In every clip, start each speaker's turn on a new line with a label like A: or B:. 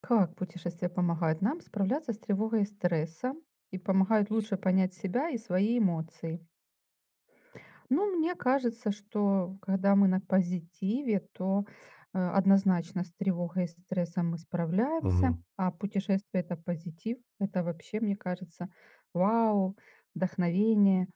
A: Как путешествия помогают нам справляться с тревогой и стрессом и помогают лучше понять себя и свои эмоции? Ну, мне кажется, что когда мы на позитиве, то однозначно с тревогой и стрессом мы справляемся,
B: Мгм,
A: а путешествие это позитив, это вообще, мне кажется, вау, вдохновение,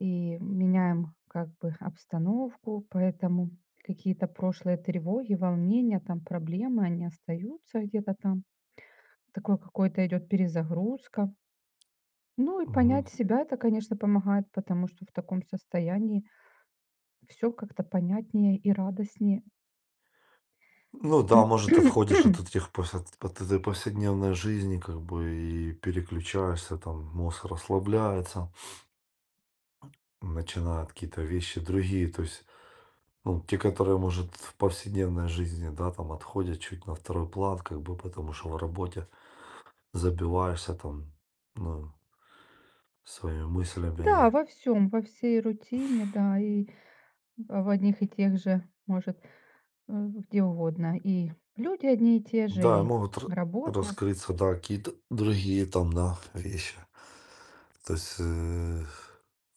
A: и меняем как бы обстановку, поэтому какие-то прошлые тревоги, волнения, там проблемы, они остаются где-то там, такой какой-то идет перезагрузка. Ну и
B: мгм.
A: понять себя это, конечно, помогает, потому что в таком состоянии все как-то понятнее и радостнее.
B: Ну да, может, отходишь от этих от этой повседневной жизни, как бы, и переключаешься, там, мозг расслабляется, начинают какие-то вещи другие, то есть, ну, те, которые, может, в повседневной жизни, да, там, отходят чуть на второй план, как бы, потому что в работе забиваешься, там, ну, своими
A: Да,
B: мыслями.
A: во всем, во всей рутине, да, и в одних и тех же, может, где угодно. И люди одни и те же,
B: Да,
A: и
B: могут
A: работа.
B: раскрыться, да, какие-то другие там, да, вещи. То есть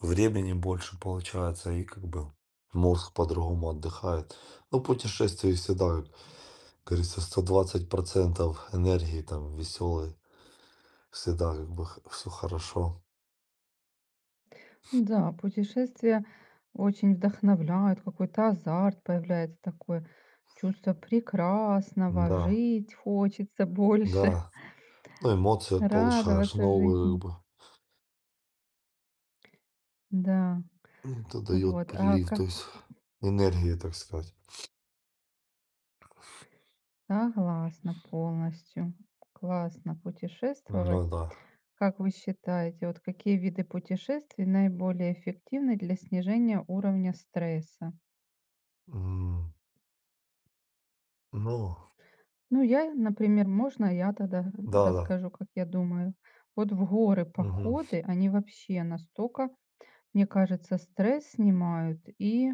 B: времени больше получается, и как бы мозг по-другому отдыхает. Ну, путешествие всегда, как говорится, 120% энергии там веселой, всегда как бы все хорошо.
A: Да, путешествия очень вдохновляют, какой-то азарт появляется, такое чувство прекрасного,
B: Да,
A: жить хочется больше.
B: да. Ну, эмоции от получаешь
A: Радоваться
B: новые,
A: жизни.
B: как бы,
A: Да,
B: это дает
A: вот. А
B: прилив, то
A: как
B: есть энергии, так сказать.
A: согласна полностью. Классно
B: Ну
A: путешествовать.
B: да.
A: Как вы считаете, вот какие виды путешествий наиболее эффективны для снижения уровня стресса?
B: М. Ну.
A: Ну, я, например, можно я тогда
B: Да-да.
A: расскажу, как я думаю. Вот в горы
B: Мгм.
A: походы, они вообще настолько, мне кажется, стресс снимают и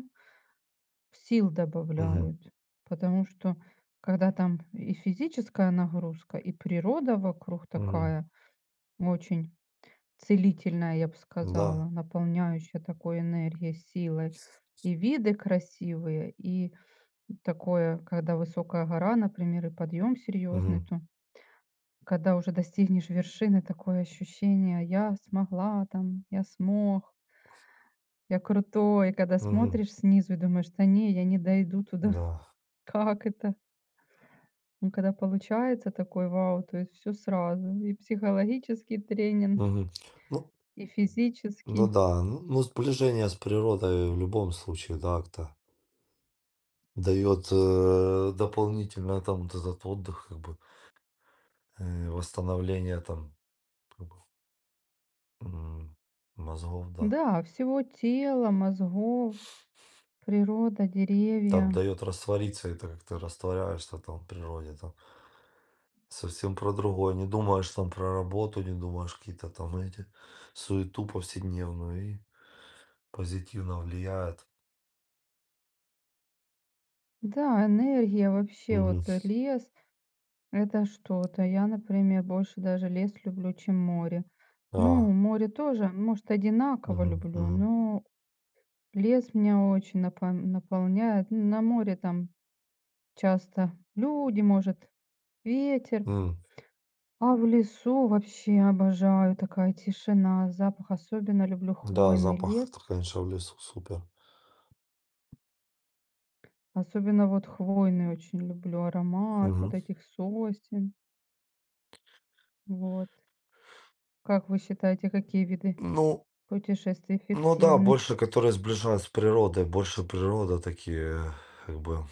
A: сил
B: Мгм.
A: добавляют, потому что когда там и физическая нагрузка, и природа вокруг
B: Мгм.
A: такая очень целительная, я бы
B: Да.
A: сказала, наполняющая такой энергией, силой, и виды красивые, и такое, когда высокая гора, например, и подъем
B: Мгм.
A: серьезный, то когда уже достигнешь вершины, такое ощущение: "Я смогла там, я смог, я крутой". И когда
B: Мгм.
A: смотришь снизу и думаешь: "Да не, я не дойду туда".
B: Да.
A: Как это? Ну, когда получается такой вау, то есть все сразу: и психологический тренинг,
B: Мгм. Ну
A: и
B: ну
A: физический.
B: да, ну ну сближение с природой в любом случае, да, как-то дает, дополнительно там вот этот отдых, как бы, восстановление там, как бы, м, мозгов, да.
A: Да, всего тела, мозгов, природа,
B: Там
A: деревья.
B: дает раствориться, это как ты растворяешься там в природе, там совсем про другое. Не думаешь там про работу, не думаешь какие-то там эти суету повседневную. И позитивно влияет.
A: Да, энергия вообще,
B: Мгм.
A: вот, лес- это что-то. Я, например, больше даже лес люблю, чем море. Ну,
B: А,
A: море тоже, может, одинаково
B: мгм,
A: люблю,
B: мгм.
A: но лес меня очень наполняет. На море там часто люди, может, ветер.
B: М,
A: А в лесу вообще обожаю, такая тишина, запах. Особенно люблю
B: да,
A: хвойный
B: запах,
A: лес.
B: это, конечно, в лесу супер.
A: Особенно вот хвойный очень люблю аромат
B: Мгм.
A: вот этих сосен. Вот. Как вы считаете, какие виды
B: Ну,
A: путешествий
B: ну да,
A: эффективны?
B: больше, которые сближают с природой, больше природа такие, как бы,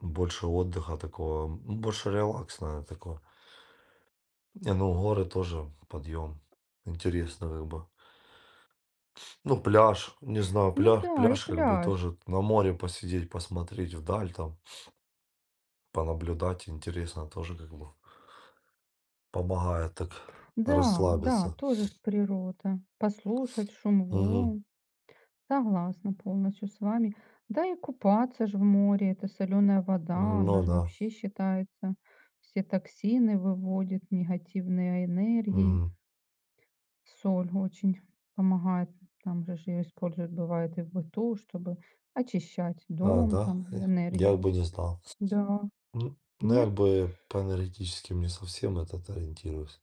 B: больше отдыха такого, больше релакс, наверное, такой. Не, ну, горы тоже подъем. Интересно, как бы. Ну, пляж, не знаю,
A: Ну
B: пляж,
A: да, и
B: пляж, как бы
A: пляж.
B: тоже на море посидеть, посмотреть вдаль там, понаблюдать, интересно тоже, как бы. Помогает так
A: Да, да,
B: расслабиться.
A: тоже ж природа. Послушать шум
B: Мгм.
A: волн. Согласна полностью с вами. Да и купаться же в море, это соленая вода, она
B: Ну
A: же
B: да.
A: вообще считается, все токсины выводит, негативные энергии.
B: Мгм.
A: Соль очень помогает, там же ее используют, бывает, и в быту, чтобы очищать
B: А,
A: дом,
B: да?
A: там,
B: Я
A: энергию.
B: бы не знал.
A: Да,
B: М, ну,
A: не?
B: як бы по энергетическим не совсем этот ориентируюсь.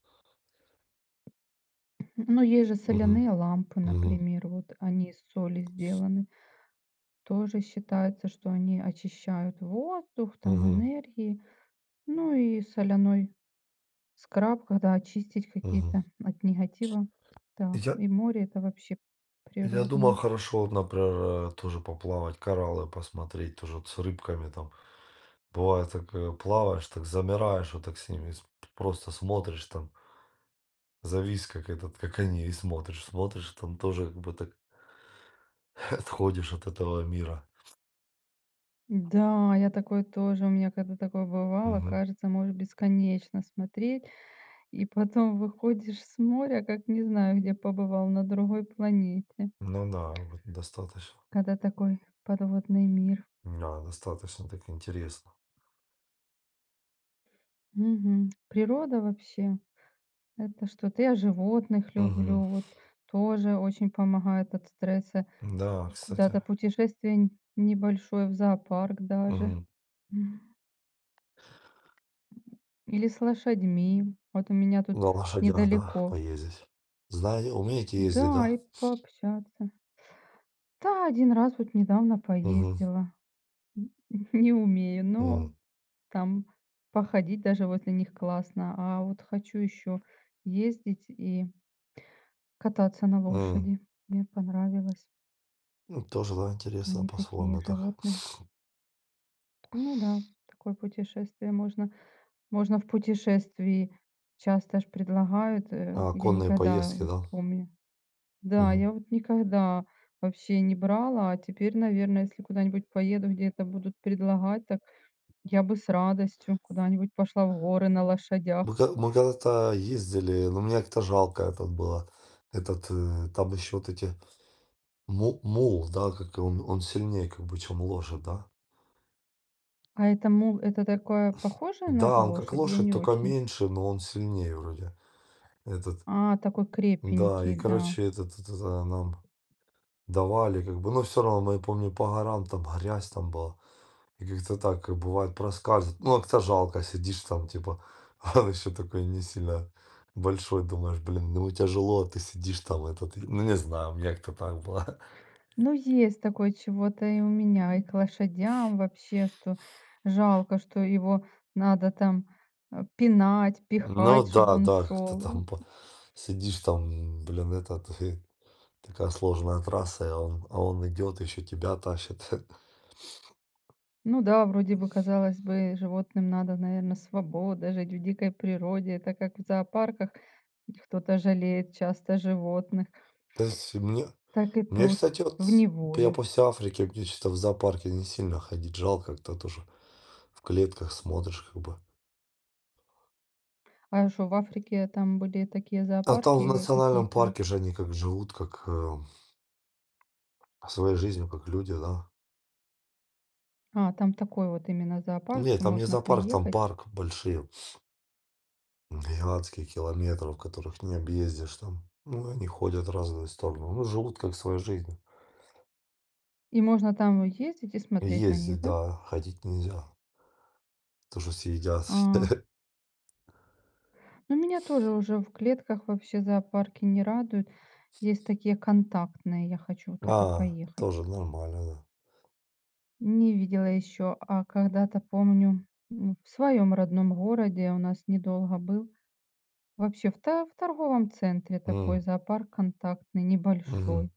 A: Ну, есть же
B: Мгм.
A: соляные лампы,
B: Мгм.
A: например, вот они из соли сделаны. Тоже считается, что они очищают воздух, там,
B: Мгм.
A: энергии. Ну и соляной скраб, когда очистить
B: Мгм.
A: какие-то от негатива. Да,
B: Я
A: и море- это вообще
B: я думал,
A: природное.
B: хорошо, вот, например, тоже поплавать, кораллы посмотреть, тоже вот с рыбками там. Бывает так, плаваешь, так замираешь, вот так с ними с просто смотришь там, завис, как этот, как они, и смотришь, смотришь, там тоже как бы так отходишь от этого мира.
A: Да, я такое тоже, у меня когда такое бывало,
B: Мгм.
A: кажется, можешь бесконечно смотреть, и потом выходишь с моря, как не знаю, где побывал, на другой планете.
B: Ну да, вот достаточно.
A: Когда такой подводный мир.
B: Да, достаточно так интересно.
A: Мгм. Природа вообще- это что-то. Я животных
B: Мгм.
A: люблю, вот тоже очень помогает от стресса.
B: Да, кстати.
A: Куда-то путешествие н небольшое, в зоопарк даже.
B: Мгм.
A: Мгм. Или с лошадьми. Вот у меня тут
B: На лошадях, да,
A: недалеко.
B: поездить. Знаете, умеете
A: Да,
B: ездить, да?
A: и пообщаться. Да, один раз вот недавно
B: Мгм.
A: поездила. Н- Не умею, но
B: М.
A: там походить даже возле них классно. А вот хочу еще ездить и кататься на
B: М.
A: лошади. Мне понравилось.
B: Ну, тоже, да, интересно
A: Они такие
B: по-своему так.
A: животные. Ну да, такое путешествие можно. Можно в путешествии часто ж предлагают.
B: А
A: Я
B: конные
A: никогда,
B: поездки,
A: вот
B: да?
A: помню, да,
B: Мгм.
A: я вот никогда вообще не брала, а теперь, наверное, если куда-нибудь поеду, где это будут предлагать, так я бы с радостью куда-нибудь пошла в горы на лошадях.
B: Мы когда-то ездили, но мне как-то жалко этот было. Этот, там еще вот эти мул, да, как он сильнее, как бы, чем лошадь, да?
A: А это мул, это такое похожее на
B: Да, он как
A: лошадь? Я
B: лошадь,
A: не
B: только
A: очень.
B: меньше, но он сильнее вроде. Этот,
A: А, такой
B: да, и
A: крепенький, да.
B: короче, этот, нам давали, как бы, но все равно, мы, помню, по горам, там грязь там была, и как-то так, как бывает, проскальзывает. Ну, как-то жалко, сидишь там, типа, а он еще такой не сильно большой, думаешь, блин, ну тяжело, а ты сидишь там, этот, и- ну, не знаю, мне как-то так было.
A: Ну, есть такое чего-то и у меня, и к лошадям вообще, что жалко, что его надо там пинать,
B: Ну,
A: пихать, чтобы
B: да,
A: он
B: да, как-то
A: шел.
B: там по- сидишь там, блин, этот, и такая сложная трасса, а он идет, еще тебя тащит.
A: Ну да, вроде бы, казалось бы, животным надо, наверное, свобода, жить в дикой природе, так как в зоопарках кто-то жалеет часто животных,
B: То есть мне
A: так и
B: мне,
A: тут,
B: кстати,
A: в
B: вот я
A: неволе.
B: после Африки, мне что то в зоопарке не сильно ходить жалко, как-то тоже в клетках смотришь как бы.
A: А что, в Африке там были такие
B: А там в
A: зоопарки
B: национальном
A: какие-то?
B: парке же они как живут, как, своей жизнью, как люди, да.
A: А, там такой вот именно зоопарк,
B: Нет,
A: что
B: там не
A: можно
B: зоопарк, там
A: приехать
B: парк большие, гигантские, километров, которых не объездишь там. Ну, они ходят в разные стороны, ну, живут как своей жизнью.
A: и можно там ездить и смотреть на них,
B: Ездить,
A: да?
B: да, ходить нельзя, тоже что съедят.
A: А, ну меня тоже уже в клетках вообще зоопарки не радуют. Есть такие контактные, я хочу вот это
B: А,
A: поехать.
B: тоже нормально,
A: Не видела еще, а когда-то помню, в своем родном городе, у нас недолго был, вообще в торговом центре
B: да.
A: такой
B: М,
A: зоопарк контактный,
B: мгм,
A: небольшой.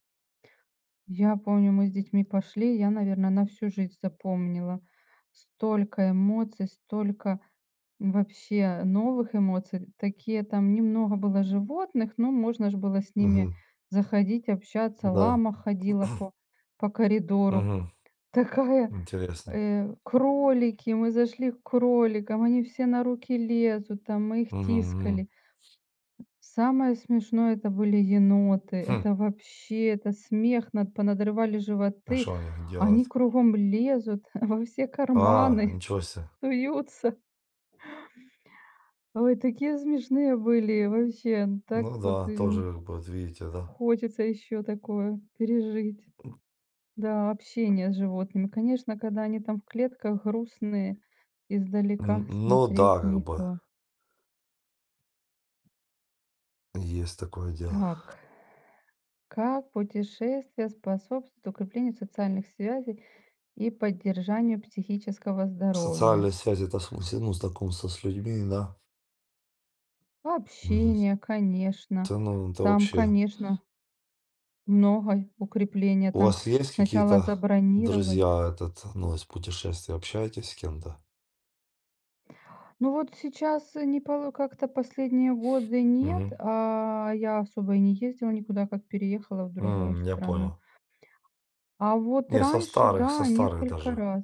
A: Я помню, мы с детьми пошли, я, наверное, на всю жизнь запомнила. Столько эмоций, столько вообще новых эмоций. Такие там немного было животных, но можно же было с ними
B: мгм.
A: заходить, общаться.
B: Да.
A: Лама ходила по коридору.
B: Мгм.
A: Такая,
B: Интересно.
A: кролики, мы зашли к кроликам, они все на руки лезут, там мы их
B: Мгм, мгм.
A: тискали. Самое смешное- это были еноты.
B: Хм,
A: Это вообще, это смех, над понадрывали
B: а
A: животы.
B: что они
A: Они
B: делают?
A: кругом лезут во все
B: А,
A: карманы,
B: ничего себе.
A: суются. Ой, такие смешные были вообще. Так
B: Ну
A: вот,
B: да, тоже как бы, вот видите, да.
A: хочется еще такое пережить. Да, общение с животными. Конечно, когда они там в клетках грустные, издалека
B: Ну
A: смотреть
B: да, как
A: не
B: бы,
A: то.
B: есть такое дело.
A: Так, как путешествия способствуют укреплению социальных связей и поддержанию психического
B: Социальные
A: здоровья?
B: связи, это в смысле, ну, знакомство с людьми, да. Мгм.
A: Общение, конечно.
B: Да ну, это
A: Там,
B: вообще…
A: конечно, много укрепления.
B: У
A: Там
B: вас есть
A: сначала
B: какие-то
A: забронировать.
B: друзья, этот, ну, из путешествий, общаетесь с кем-то?
A: Ну вот сейчас не поло как-то последние годы нет,
B: Угу.
A: а, я особо и не ездила никуда, как переехала в другую
B: Я
A: страну.
B: понял.
A: А вот
B: Не, со
A: раньше,
B: старых, со
A: да,
B: старых
A: несколько
B: даже.
A: раз.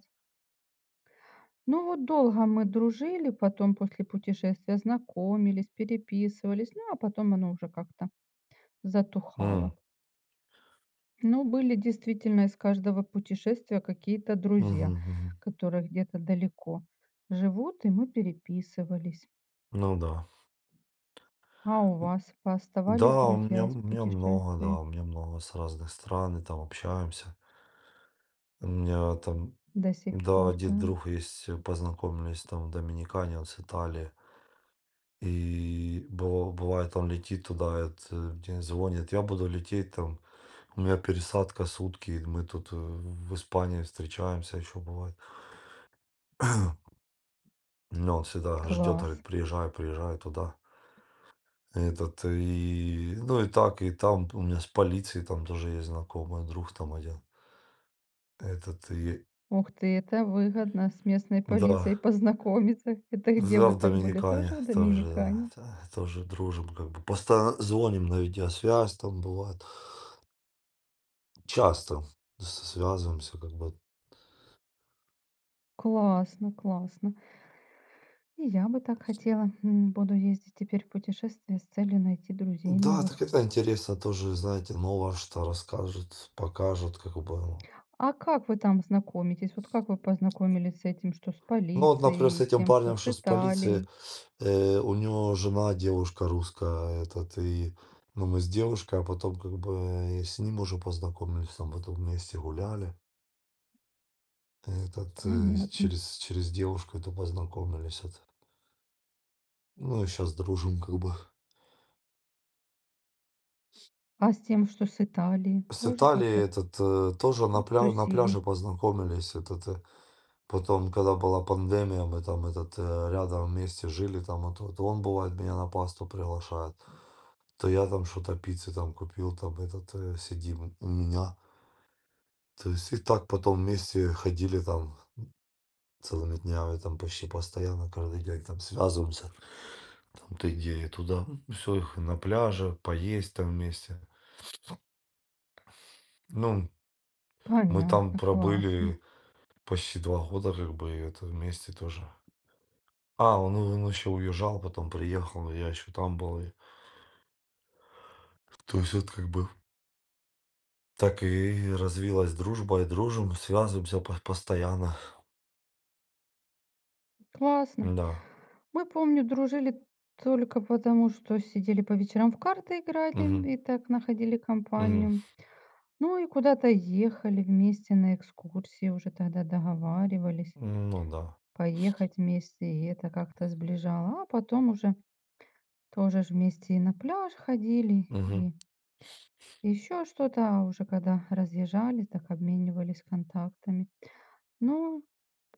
A: Ну вот долго мы дружили, потом после путешествия знакомились, переписывались, ну а потом оно уже как-то затухало.
B: М,
A: Ну были действительно из каждого путешествия какие-то
B: мгм,
A: друзья,
B: мгм.
A: которые где-то далеко живут, и мы переписывались.
B: Ну да.
A: А у вас пооставались
B: Да, у меня
A: друзья
B: у
A: из
B: меня много, да,
A: путешествий
B: у меня много с разных стран, и там общаемся. У меня там,
A: до сих
B: да,
A: пор, да?
B: один друг есть, познакомились там в Доминикане, он с Италии. И бывает, он летит туда, это, мне звонит, я буду лететь там, у меня пересадка сутки, и мы тут в Испании встречаемся еще бывает. Но он всегда ждет, говорит,
A: Класс.
B: приезжай, приезжай туда. Этот, и, ну и так, и там у меня с полицией там тоже есть знакомый друг там один. Этот, и
A: Ух ты, это выгодно с местной
B: да,
A: полицией познакомиться. Это где
B: да,
A: вы
B: в
A: так были, тоже
B: Доминикане
A: в
B: тоже, да,
A: Доминикане?
B: тоже дружим, как бы постоянно звоним на видеосвязь, там бывает, часто связываемся, как бы.
A: Классно, классно. И я бы так хотела. Буду ездить теперь в путешествие с целью найти друзей
B: Да, так
A: новых.
B: это интересно тоже, знаете, новое что расскажут, покажут, как бы. Ну,
A: А как вы там знакомитесь? Вот как вы познакомились с этим, что с
B: ну, вот, например, с
A: полицией, с
B: этим
A: тем, что
B: парнем,
A: с
B: что с полиции,
A: Италией?
B: у него жена девушка русская, этот, и, ну, мы с девушкой, а потом, как бы, и с ним уже познакомились, там, потом вместе гуляли. Этот,
A: Понятно.
B: через девушку эту познакомились это. Ну и сейчас дружим как бы.
A: А с тем, что с Италией,
B: С
A: тоже
B: Италией
A: как-то
B: этот, тоже на пля на
A: тусили?
B: пляже познакомились. Этот, потом, когда была пандемия, мы там этот, рядом вместе жили там. Вот он бывает меня на пасту приглашает, то я там что-то пиццы там купил, там этот, сидим у меня. То есть и так потом вместе ходили там целыми днями, там почти постоянно, каждый день там связываемся. Там-то идея туда. Все, их и на пляже, поесть там вместе. Ну, мы там
A: Понятно, классно.
B: пробыли почти 2 года, как бы, и это вместе тоже. А, он еще уезжал, потом приехал, я еще там был. И- то есть вот как бы так и развилась дружба, и дружим, связываемся по- постоянно.
A: Классно.
B: Да.
A: Мы, помню, дружили только потому, что сидели по вечерам в карты
B: Мгм.
A: играли и так находили
B: Мгм.
A: компанию. Ну и куда-то ехали вместе на экскурсии, уже тогда договаривались
B: Ну да.
A: поехать вместе, и это как-то сближало. А потом уже тоже ж вместе и на пляж ходили,
B: Мгм.
A: и еще что-то, а уже когда разъезжались, так обменивались контактами. Ну,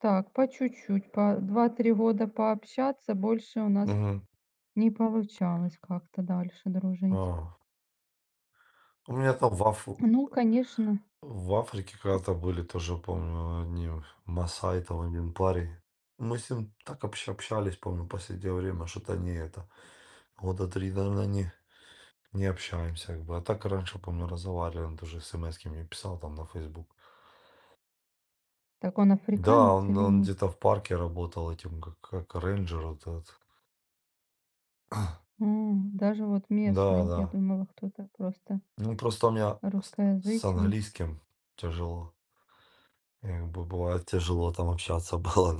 A: так, по чуть-чуть, по 2-3 года пообщаться, больше у нас
B: Мгм.
A: не получалось как-то дальше дружить.
B: А. У меня там во, Ф-
A: Ну, конечно,
B: В Африке когда-то были, тоже помню, одни масаи, там один парень. Мы с ним так общались, помню, в последнее время, что-то не это. Года три, наверное, не общаемся, как бы. А так раньше, помню, разговаривали, он тоже СМС мне писал там на Facebook.
A: так он
B: Да,
A: африканец или
B: он
A: нет?
B: где-то в парке работал этим, как рейнджер вот этот.
A: М, даже вот
B: Да,
A: местный, я
B: да.
A: думала, кто-то просто
B: Ну, просто у меня с
A: русскоязычный.
B: английским тяжело. Как бы бывает тяжело там общаться было.